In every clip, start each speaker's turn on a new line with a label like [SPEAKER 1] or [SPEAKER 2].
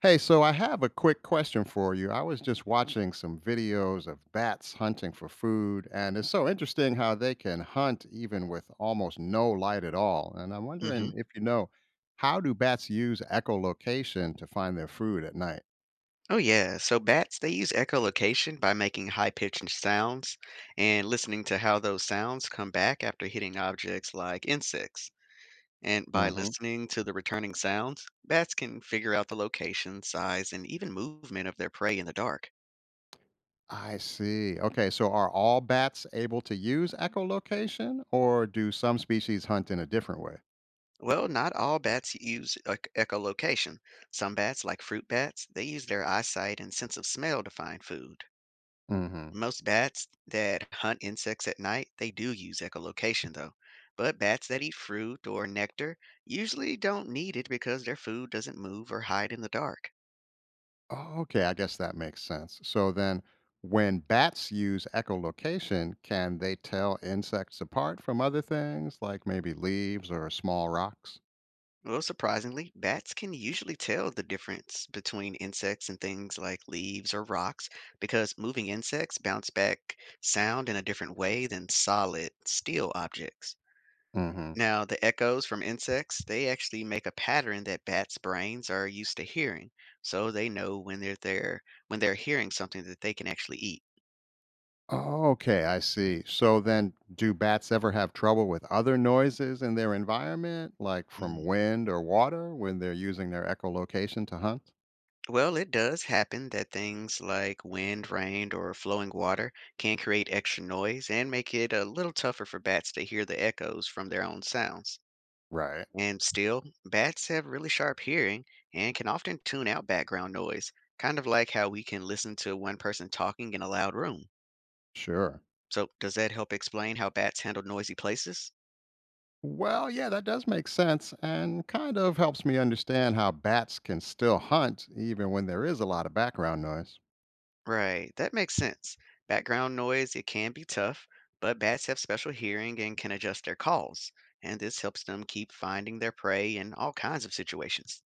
[SPEAKER 1] Hey, so I have a quick question for you. I was just watching some videos of bats hunting for food, and it's so interesting how they can hunt even with almost no light at all. And I'm
[SPEAKER 2] hmm.
[SPEAKER 1] wondering if you know how do bats use echolocation to find their food at night?
[SPEAKER 2] Oh, yeah. So bats, they use echolocation by making high-pitched sounds and listening to how those sounds come back after hitting objects like insects. And by
[SPEAKER 1] Hmm.
[SPEAKER 2] listening to the returning sounds, bats can figure out the location, size, and even movement of their prey in the dark.
[SPEAKER 1] I see. Okay, so are all bats able to use echolocation, or do some species hunt in a different way?
[SPEAKER 2] Well, not all bats use echolocation. Some bats, like fruit bats, they use their eyesight and sense of smell to find food.
[SPEAKER 1] Hmm.
[SPEAKER 2] Most bats that hunt insects at night, they do use echolocation though. But bats that eat fruit or nectar usually don't need it because their food doesn't move or hide in the dark.
[SPEAKER 1] Oh, okay, I guess that makes sense. So then, when bats use echolocation, can they tell insects apart from other things, like maybe leaves or small rocks?
[SPEAKER 2] Well, surprisingly, bats can usually tell the difference between insects and things like leaves or rocks because moving insects bounce back sound in a different way than solid, steel objects.
[SPEAKER 1] Hmm.
[SPEAKER 2] Now, the echoes from insects, they actually make a pattern that bats' brains are used to hearing, so they know when they're there, when they're hearing something that they can actually eat.
[SPEAKER 1] Okay, I see. So then, do bats ever have trouble with other noises in their environment, like from
[SPEAKER 2] Mm.
[SPEAKER 1] wind or water, when they're using their echolocation to hunt?
[SPEAKER 2] Well, it does happen that things like wind, rain, or flowing water can create extra noise and make it a little tougher for bats to hear the echoes from their own sounds.
[SPEAKER 1] Right.
[SPEAKER 2] And still, bats have really sharp hearing and can often tune out background noise, kind of like how we can listen to one person talking in a loud room.
[SPEAKER 1] Sure.
[SPEAKER 2] So, does that help explain how bats handle noisy places?
[SPEAKER 1] Well, yeah, that does make sense and kind of helps me understand how bats can still hunt even when there is a lot of background noise.
[SPEAKER 2] Right, that makes sense. Background noise, it can be tough, but bats have special hearing and can adjust their calls, and this helps them keep finding their prey in all kinds of situations.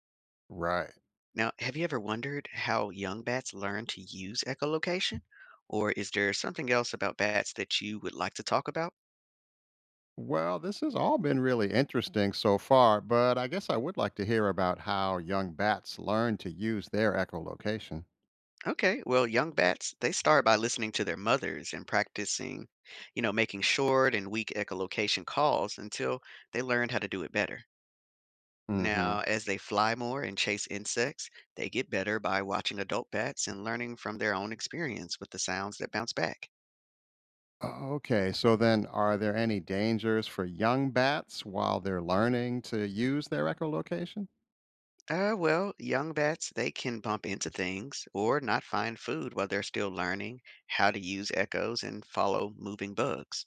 [SPEAKER 1] Right.
[SPEAKER 2] Now, have you ever wondered how young bats learn to use echolocation? Or is there something else about bats that you would like to talk about?
[SPEAKER 1] Well, this has all been really interesting so far, but I guess I would like to hear about how young bats learn to use their echolocation.
[SPEAKER 2] Okay, well, young bats, they start by listening to their mothers and practicing, you know, making short and weak echolocation calls until they learn how to do it better.
[SPEAKER 1] Hmm.
[SPEAKER 2] Now, as they fly more and chase insects, they get better by watching adult bats and learning from their own experience with the sounds that bounce back.
[SPEAKER 1] Okay, so then are there any dangers for young bats while they're learning to use their echolocation?
[SPEAKER 2] Well, young bats, they can bump into things or not find food while they're still learning how to use echoes and follow moving bugs.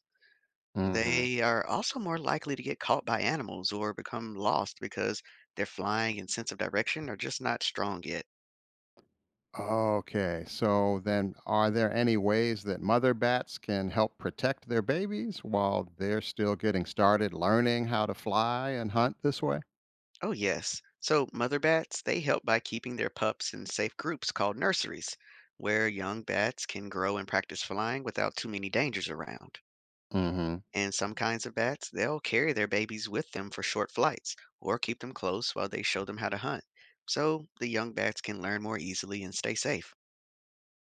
[SPEAKER 1] Mm-hmm.
[SPEAKER 2] They are also more likely to get caught by animals or become lost because their flying and sense of direction are just not strong yet.
[SPEAKER 1] Okay, so then are there any ways that mother bats can help protect their babies while they're still getting started learning how to fly and hunt this way?
[SPEAKER 2] Oh, yes. So, mother bats, they help by keeping their pups in safe groups called nurseries, where young bats can grow and practice flying without too many dangers around.
[SPEAKER 1] Hmm.
[SPEAKER 2] And some kinds of bats, they'll carry their babies with them for short flights or keep them close while they show them how to hunt. So, the young bats can learn more easily and stay safe.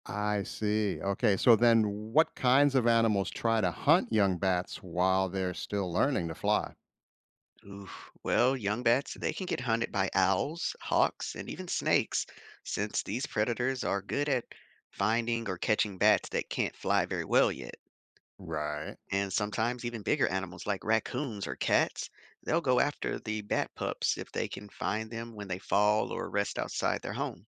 [SPEAKER 1] I see. Okay, so then what kinds of animals try to hunt young bats while they're still learning to fly?
[SPEAKER 2] Oof. Well, young bats, they can get hunted by owls, hawks, and even snakes, since these predators are good at finding or catching bats that can't fly very well yet.
[SPEAKER 1] Right.
[SPEAKER 2] And sometimes even bigger animals like raccoons or cats, they'll go after the bat pups if they can find them when they fall or rest outside their home.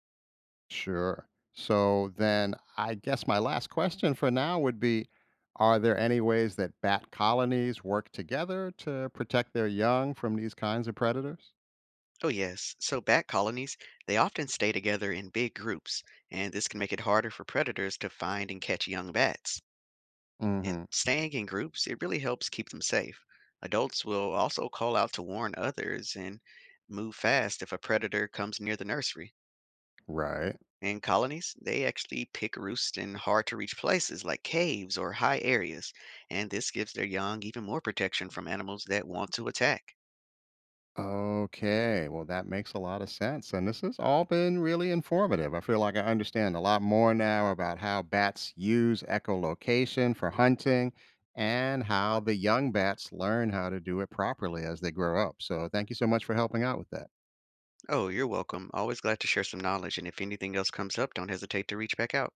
[SPEAKER 1] Sure. So then I guess my last question for now would be, are there any ways that bat colonies work together to protect their young from these kinds of predators?
[SPEAKER 2] Oh, yes. So bat colonies, they often stay together in big groups, and this can make it harder for predators to find and catch young bats. And
[SPEAKER 1] Hmm.
[SPEAKER 2] staying in groups, it really helps keep them safe. Adults will also call out to warn others and move fast if a predator comes near the nursery.
[SPEAKER 1] Right.
[SPEAKER 2] In colonies, they actually pick roosts in hard to reach places like caves or high areas, and this gives their young even more protection from animals that want to attack.
[SPEAKER 1] Okay. Well, that makes a lot of sense. And this has all been really informative. I feel like I understand a lot more now about how bats use echolocation for hunting and how the young bats learn how to do it properly as they grow up. So, thank you so much for helping out with that.
[SPEAKER 2] Oh, you're welcome. Always glad to share some knowledge, and if anything else comes up, don't hesitate to reach back out.